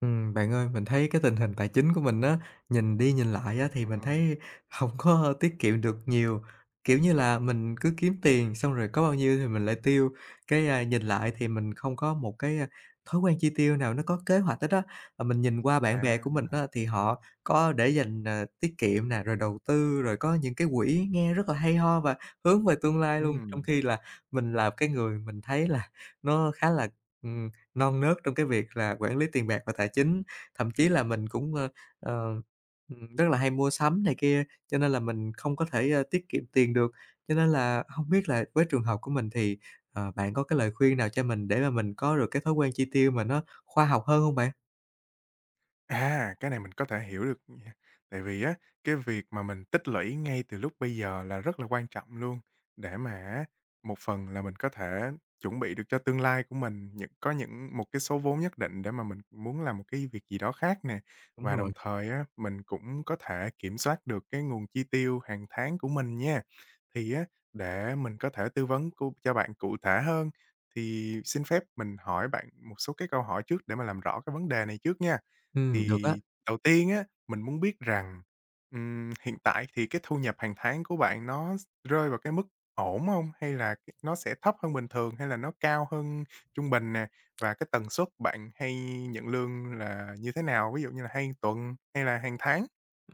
Bạn ơi, mình thấy cái tình hình tài chính của mình á, nhìn đi nhìn lại á thì mình Ừm, thấy hổng có tiết kiệm được nhiều. Kiểu như là, mình cứ kiếm tiền xong rồi có bao nhiêu thì mình lại tiêu, nhìn lại thì mình không có một thói quen chi tiêu nào nó có kế hoạch hết á. Mình nhìn qua bạn bè à, của mình á thì họ có để dành, à, tiết kiệm nè, rồi đầu tư, rồi có những cái quỹ nghe rất là hay ho và hướng về tương lai luôn, trong ừm, khi là mình là cái người mình thấy là nó khá là, ừm non nớt trong cái việc là quản lý tiền bạc và tài chính, thậm chí là mình ờ, rất là hay mua sắm này kia, cho nên là mình không có thể, tiết kiệm tiền được. Cho nên là không biết là với trường hợp của mình thì, bạn có cái lời khuyên nào cho mình để mà mình có được cái thói quen chi tiêu mà nó khoa học hơn không bạn? Cái này mình có thể hiểu được nha. Tại vì á, cái việc mà mình tích lũy ngay từ lúc bây giờ là rất là quan trọng luôn, để mà á, một phần là mình có thể chuẩn bị được cho tương lai của mình, có những một cái số vốn nhất định để mà mình muốn làm một cái việc gì đó khác nè. Đúng Và đồng rồi. thời á, mình cũng có thể kiểm soát được cái nguồn chi tiêu hàng tháng của mình nha. Thì á, để mình có thể tư vấn cho bạn cụ thể hơn, thì xin phép mình hỏi bạn một số cái câu hỏi trước để mà làm rõ cái vấn đề này trước nha. Ừ, được á. Thì đầu tiên á, mình muốn biết rằng, hiện tại thì cái thu nhập hàng tháng của bạn nó rơi vào cái mức ổn không? Hay là nó sẽ thấp hơn bình thường, hay là nó cao hơn trung bình nè? Và cái tần suất bạn hay nhận lương là như thế nào? Ví dụ như là hay tuần hay là hàng tháng?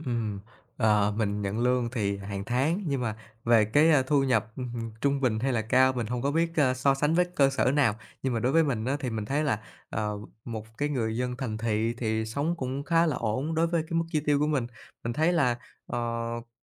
Ừm, mình nhận lương thì hàng tháng, nhưng mà về thu nhập trung bình hay là cao mình không có biết, so sánh với cơ sở nào. Nhưng mà đối với mình á, thì mình thấy là, ờ, một cái người dân thành thị thì sống cũng khá là ổn đối với cái mức chi tiêu của mình. Mình thấy là, ờ,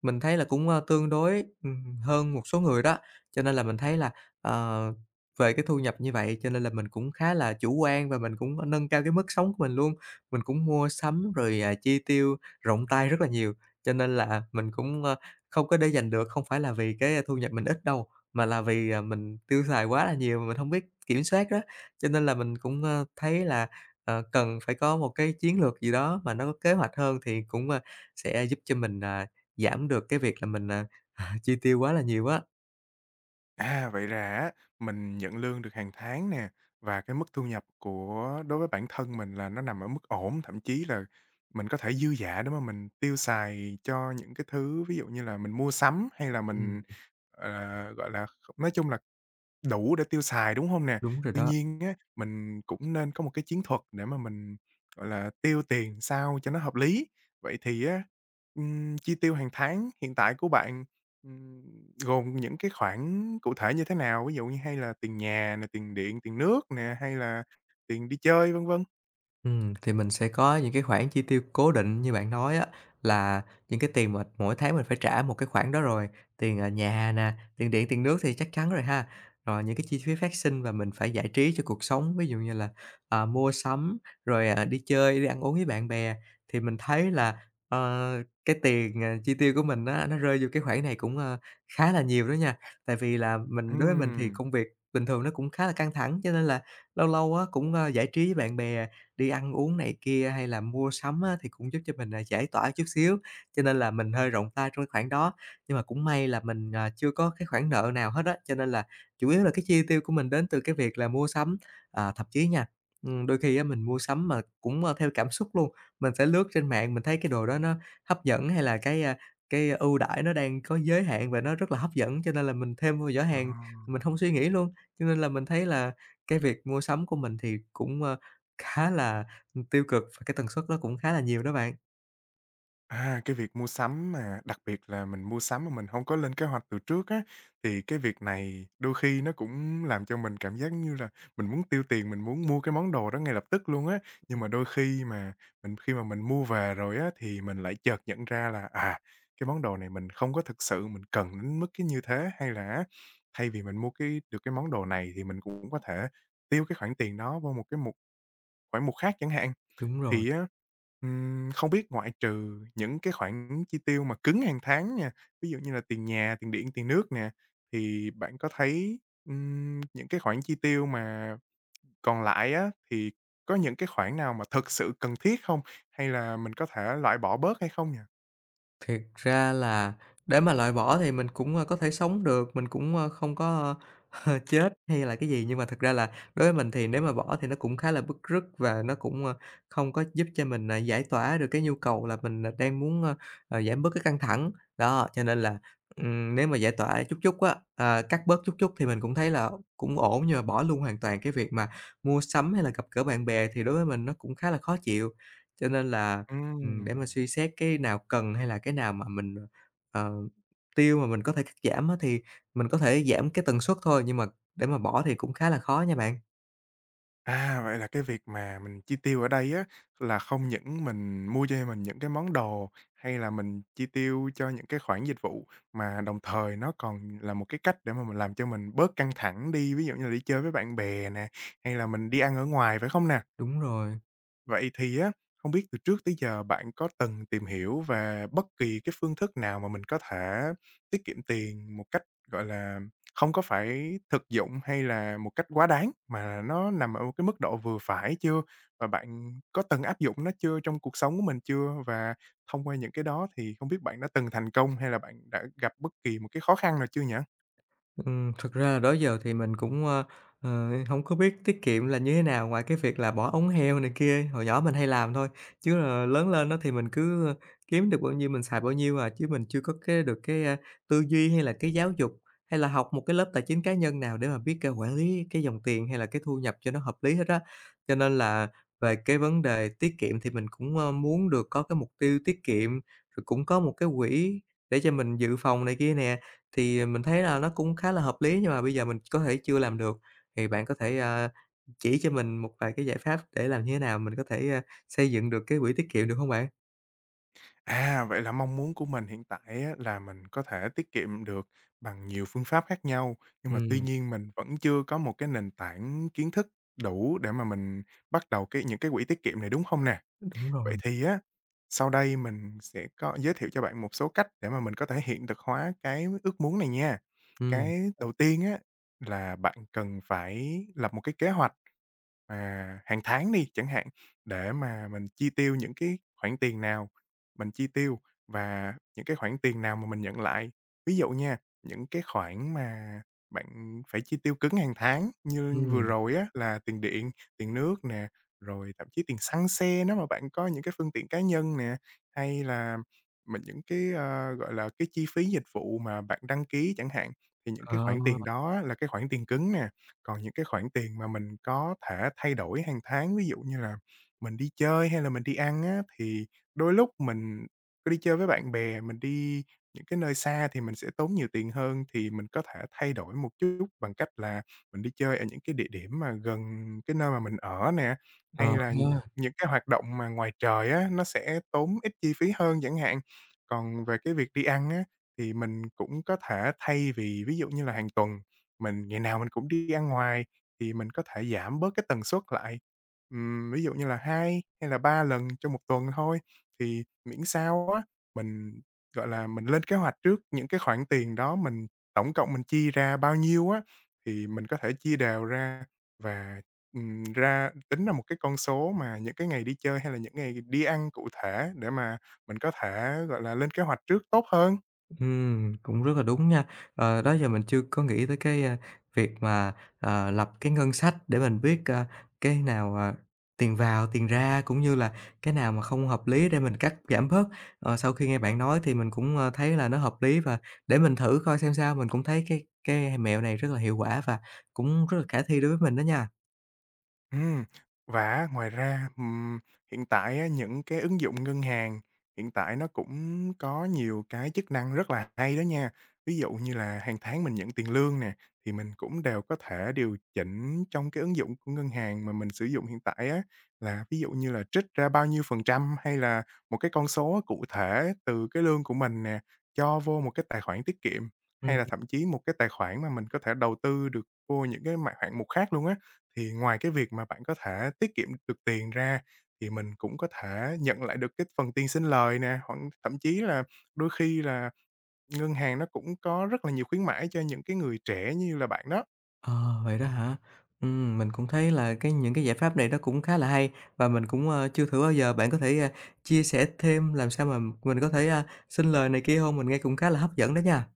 mình thấy là tương đối, hơn một số người đó, cho nên là mình thấy là, ờ, về cái thu nhập như vậy cho nên là mình cũng khá là chủ quan và mình cũng nâng cao cái mức sống của mình luôn. Mình cũng mua sắm rồi, à, chi tiêu rộng tay rất là nhiều, cho nên là mình không có để dành được, không phải là vì cái thu nhập mình ít đâu, mà là vì, à, mình tiêu xài quá là nhiều mà mình hông biết kiểm soát đó. Cho nên là mình thấy là, ờ, cần phải có một cái chiến lược gì đó mà nó có kế hoạch hơn thì sẽ giúp cho mình, à, giảm được cái việc là mình, à, chi tiêu quá là nhiều á. À, vậy ra á, mình nhận lương được hàng tháng nè, và cái mức thu nhập của đối với bản thân mình là nó nằm ở mức ổn, thậm chí là mình có thể dư dả để mà mình tiêu xài cho những cái thứ ví dụ như là mình mua sắm hay là mình, Ừm, ờ, gọi là, nói chung là đủ để tiêu xài, đúng hông nè? Đúng rồi Tuy đó. nhiên á, mình cũng nên có một cái chiến thuật để mà mình, gọi là, tiêu tiền sao cho nó hợp lý. Vậy thì á, chi tiêu hàng tháng hiện tại của bạn, ừm, gồm những cái khoản cụ thể như thế nào? Ví dụ như hay là tiền nhà nè, tiền điện, tiền nước nè, hay là tiền đi chơi, vân vân? Thì mình sẽ có những cái khoản chi tiêu cố định như bạn nói á, là những cái tiền mà mỗi tháng mình phải trả một cái khoản đó rồi, tiền, à, nhà nè, tiền điện, tiền nước thì chắc chắn rồi ha. Rồi những cái chi phí phát sinh và mình phải giải trí cho cuộc sống, ví dụ như là, à, mua sắm, rồi, à, đi chơi, đi ăn uống với bạn bè. Thì mình thấy là, ờ, cái tiền, à, chi tiêu của mình á, nó rơi vô cái khoản này cũng, a, khá là nhiều đó nha. Tại vì là mình đối với mình thì Ừm, công việc bình thường nó cũng khá là căng thẳng, cho nên là lâu lâu á, cũng, a, giải trí với bạn bè đi ăn uống này kia hay là mua sắm á, thì cũng giúp cho mình, à, giải tỏa chút xíu, cho nên là mình hơi rộng tay trong cái khoản đó. Nhưng mà cũng may là mình, à, chưa có cái khoản nợ nào hết á, cho nên là chủ yếu là cái chi tiêu của mình đến từ cái việc là mua sắm. À, thậm chí nha, đôi khi á mình mua sắm mà theo cảm xúc luôn, mình sẽ lướt trên mạng mình thấy cái đồ đó nó hấp dẫn hay là cái ưu đãi nó đang có giới hạn và nó rất là hấp dẫn, cho nên là mình thêm vào giỏ ờ. hàng, mình không suy nghĩ luôn. Cho nên là mình thấy là cái việc mua sắm của mình thì cũng, ơ, Khá là, tiêu cực và cái tần suất nó cũng khá là nhiều đó bạn. À, cái việc mua sắm mà đặc biệt là mình mua sắm mà mình hông có lên kế hoạch từ trước á, thì cái việc này đôi khi nó cũng làm cho mình cảm giác như là mình muốn tiêu tiền, mình muốn mua cái món đồ đó ngay lập tức luôn á. Nhưng mà đôi khi mà mình mua về rồi á, thì mình lại chợt nhận ra là, à, cái món đồ này mình không có thực sự mình cần đến mức cái như thế, hay là á, thay vì mình mua cái được cái món đồ này thì mình cũng có thể tiêu cái khoản tiền đó vô một cái khoản mục khác chẳng hạn. Đúng rồi. Thì á, không biết ngoại trừ những cái khoản chi tiêu mà cứng hàng tháng nha, ví dụ như là tiền nhà, tiền điện, tiền nước nè, thì bạn có thấy, những cái khoản chi tiêu mà còn lại á, thì có những cái khoản nào mà thực sự cần thiết không? Hay là mình có thể loại bỏ bớt hay không nhỉ? Thiệt ra là để mà loại bỏ thì mình có thể sống được, mình không có, ơ, chết hay là cái gì. Nhưng mà thực ra là đối với mình thì nếu mà bỏ thì nó cũng khá là bứt rứt và nó không có giúp cho mình, à, giải tỏa được cái nhu cầu là mình, à, đang giảm bớt cái căng thẳng. Đó, cho nên là, nếu mà giải tỏa chút chút á, à, cắt bớt chút chút thì mình cũng thấy là cũng ổn, nhưng mà bỏ luôn hoàn toàn cái việc mà mua sắm hay là gặp gỡ bạn bè thì đối với mình nó cũng khá là khó chịu. Cho nên là, Ừm. Để mà suy xét cái nào cần hay là cái nào mà mình, ờ, tiêu mà mình có thể cắt giảm á, thì mình có thể giảm cái tần suất thôi, nhưng mà để mà bỏ thì cũng khá là khó nha bạn. À, vậy là cái việc mà mình chi tiêu ở đây á, là không những mình mua cho mình những cái món đồ, hay là mình chi tiêu cho những cái khoản dịch vụ, mà đồng thời nó còn là một cái cách để mà mình làm cho mình bớt căng thẳng đi, ví dụ như là đi chơi với bạn bè nè, hay là mình đi ăn ở ngoài, phải không nè? Đúng rồi. Vậy thì á, không biết từ trước tới giờ bạn có từng tìm hiểu về bất kỳ cái phương thức nào mà mình có thể tiết kiệm tiền một cách, gọi là, không có phải thực dụng hay là một cách quá đáng, mà nó nằm ở một cái mức độ vừa phải chưa? Và bạn có từng áp dụng nó chưa trong cuộc sống của mình chưa? Và thông qua những cái đó thì không biết bạn đã từng thành công hay là bạn đã gặp bất kỳ một cái khó khăn nào chưa nhỉ? Thực ra là đó giờ thì mình hổng có biết tiết kiệm là như thế nào ngoài cái việc là bỏ ống heo này kia, hồi nhỏ mình hay làm thôi, chứ là lớn lên á thì mình cứ kiếm được bao nhiêu mình xài bao nhiêu à, chứ mình chưa có cái được tư duy hay là cái giáo dục, hay là học một cái lớp tài chính cá nhân nào để mà biết, a, quản lý cái dòng tiền hay là cái thu nhập cho nó hợp lý hết á. Cho nên là về cái vấn đề tiết kiệm thì mình muốn được có cái mục tiêu tiết kiệm, rồi cũng có một cái quỹ để cho mình dự phòng này kia nè. Thì mình thấy là nó cũng khá là hợp lý nhưng mà bây giờ mình có thể chưa làm được, thì bạn có thể, chỉ cho mình một vài cái giải pháp để làm như thế nào mình có thể, a, xây dựng được cái quỹ tiết kiệm được không bạn? À, vậy là mong muốn của mình hiện tại á, là mình có thể tiết kiệm được bằng nhiều phương pháp khác nhau, nhưng mà tuy Ừm, nhiên mình vẫn chưa có một cái nền tảng kiến thức đủ để mà mình bắt đầu cái những cái quỹ tiết kiệm này, đúng không nè? đúng rồi. Vậy thì á, sau đây mình sẽ có giới thiệu cho bạn một số cách để mà mình có thể hiện thực hóa cái ước muốn này nha. Ừm. Cái đầu tiên á, là bạn cần phải lập một cái kế hoạch, hàng tháng đi chẳng hạn, để mà mình chi tiêu những cái khoản tiền nào mình chi tiêu và những cái khoản tiền nào mà mình nhận lại. Ví dụ nha, những cái khoản mà bạn phải chi tiêu cứng hàng tháng như vừa Ừm. rồi á, là tiền điện, tiền nước nè, rồi thậm chí tiền xăng xe nếu mà bạn có những cái phương tiện cá nhân nè, hay là mình những cái, gọi là, cái chi phí dịch vụ mà bạn đăng ký chẳng hạn, thì những Ờ. cái khoản tiền đó là cái khoản tiền cứng nè. Còn những cái khoản tiền mà mình có thể thay đổi hàng tháng, ví dụ như là mình đi chơi hay là mình đi ăn á, thì đôi lúc mình có đi chơi với bạn bè, mình đi những cái nơi xa thì mình sẽ tốn nhiều tiền hơn, thì mình có thể thay đổi một chút bằng cách là mình đi chơi ở những cái địa điểm mà gần cái nơi mà mình ở nè. Ờ Hay là ha. những cái hoạt động mà ngoài trời á, nó sẽ tốn ít chi phí hơn chẳng hạn. Còn về cái việc đi ăn á, thì mình cũng có thể thay vì ví dụ như là hàng tuần, mình ngày nào mình cũng đi ăn ngoài, thì mình có thể giảm bớt cái tần suất lại. Ví dụ như là 2 hay là 3 lần trong một tuần thôi, thì miễn sao á, mình, gọi là, mình lên kế hoạch trước những cái khoản tiền đó mình tổng cộng mình chi ra bao nhiêu á, thì mình có thể chia đều ra và ra tính ra một cái con số mà những cái ngày đi chơi hay là những ngày đi ăn cụ thể để mà mình có thể, gọi là, lên kế hoạch trước tốt hơn. Cũng rất là đúng nha. Ờ, đó giờ mình chưa có nghĩ tới việc mà, lập cái ngân sách để mình biết, a, cái nào, à, tiền vào, tiền ra cũng như là cái nào mà không hợp lý để mình cắt giảm bớt. Ờ, sau khi nghe bạn nói thì mình thấy là nó hợp lý và để mình thử coi xem sao, mình cũng thấy cái mẹo này rất là hiệu quả và cũng rất là khả thi đối với mình đó nha. Ừm, và ngoài ra, hiện tại á những cái ứng dụng ngân hàng hiện tại nó cũng có nhiều cái chức năng rất là hay đó nha. Ví dụ như là hàng tháng mình nhận tiền lương nè, thì mình cũng đều có thể điều chỉnh trong cái ứng dụng của ngân hàng mà mình sử dụng hiện tại á, là ví dụ như là trích ra bao nhiêu phần trăm hay là một cái con số cụ thể từ cái lương của mình nè, cho vô một cái tài khoản tiết kiệm, hay là thậm chí một cái tài khoản mà mình có thể đầu tư được vô những cái mã hạng mục khác luôn á. Thì ngoài cái việc mà bạn có thể tiết kiệm được tiền ra, thì mình cũng có thể nhận lại được cái phần tiền sinh lời nè, hoặc thậm chí là đôi khi là ngân hàng nó cũng có rất là nhiều khuyến mãi cho những cái người trẻ như là bạn đó. Ờ, vậy đó hả? Mình cũng thấy là cái những cái giải pháp này nó cũng khá là hay và mình chưa thử bao giờ. Bạn có thể, a, chia sẻ thêm làm sao mà mình có thể, a, xin lời này kia không? Mình nghe cũng khá là hấp dẫn đó nha.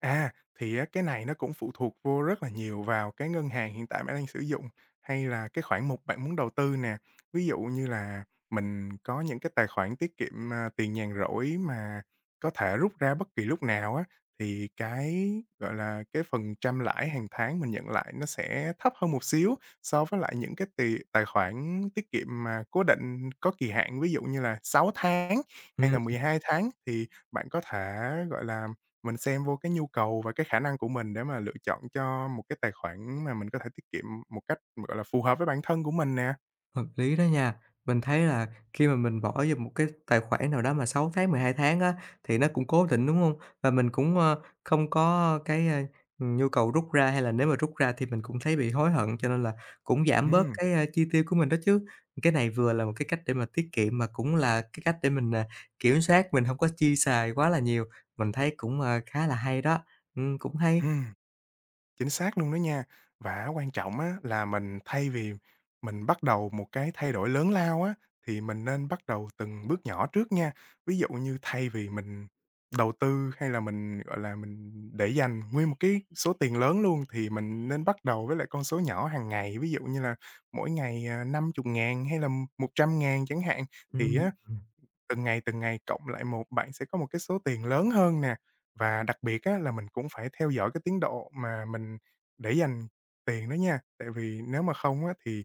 À, thì á, cái này nó cũng phụ thuộc vô rất là nhiều vào cái ngân hàng hiện tại bạn đang sử dụng, hay là cái khoản mục bạn muốn đầu tư nè. Ví dụ như là mình có những cái tài khoản tiết kiệm, tiền nhàn rỗi mà có thể rút ra bất kỳ lúc nào á, thì cái, gọi là, cái phần trăm lãi hàng tháng mình nhận lại nó sẽ thấp hơn một xíu so với lại những cái tài khoản tiết kiệm mà cố định có kỳ hạn, ví dụ như là 6 tháng hay Ừm. là 12 tháng, thì bạn có thể, gọi là, mình xem vô cái nhu cầu và cái khả năng của mình để mà lựa chọn cho một cái tài khoản mà mình có thể tiết kiệm một cách, gọi là, phù hợp với bản thân của mình nè. Hợp lý đó nha. Mình thấy là khi mà mình bỏ vô một cái tài khoản nào đó mà 6 tháng, 12 tháng á, thì nó cũng cố định, đúng không? Và mình cũng, ờ, không có nhu cầu rút ra, hay là nếu mà rút ra thì mình cũng thấy bị hối hận, cho nên là cũng giảm bớt Ừm, cái, a, chi tiêu của mình đó chứ. Cái này vừa là một cái cách để mà tiết kiệm, mà cũng là cái cách để mình, à, kiểm soát mình không có chi xài quá là nhiều. Mình thấy cũng, ờ, khá là hay đó. Cũng hay. ừm. Chính xác luôn đó nha. Và quan trọng á là mình thay vì mình bắt đầu một cái thay đổi lớn lao á, thì mình nên bắt đầu từng bước nhỏ trước nha. Ví dụ như thay vì mình đầu tư hay là mình, gọi là, mình để dành nguyên một cái số tiền lớn luôn, thì mình nên bắt đầu với lại con số nhỏ hàng ngày, ví dụ như là mỗi ngày, 50.000 hay là 100.000 chẳng hạn. Thì Ừm. á, từng ngày, từng ngày cộng lại một, bạn sẽ có một cái số tiền lớn hơn nè. Và đặc biệt á là mình cũng phải theo dõi cái tiến độ mà mình để dành tiền đó nha, tại vì nếu mà không á thì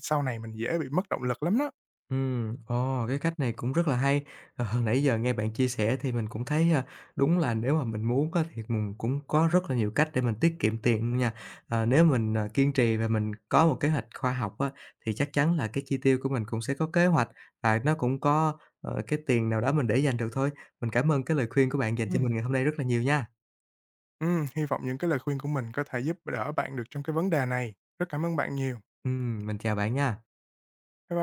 sau này mình dễ bị mất động lực lắm đó. Ồ, cái cách này cũng rất là hay. Ờ, hồi nãy giờ nghe bạn chia sẻ thì mình cũng thấy, a, đúng là nếu mà mình muốn á thì mình cũng có rất là nhiều cách để mình tiết kiệm tiền luôn nha. Ờ, nếu mình, ờ, kiên trì và mình có một kế hoạch khoa học á, thì chắc chắn là cái chi tiêu của mình cũng sẽ có kế hoạch và nó cũng có, ờ, cái tiền nào đó mình để dành được thôi. Mình cảm ơn cái lời khuyên của bạn dành cho mình Ừm. ngày hôm nay rất là nhiều nha. Hy vọng những cái lời khuyên của mình có thể giúp đỡ bạn được trong cái vấn đề này. Rất cảm ơn bạn nhiều. Mình chào bạn nha. Bye.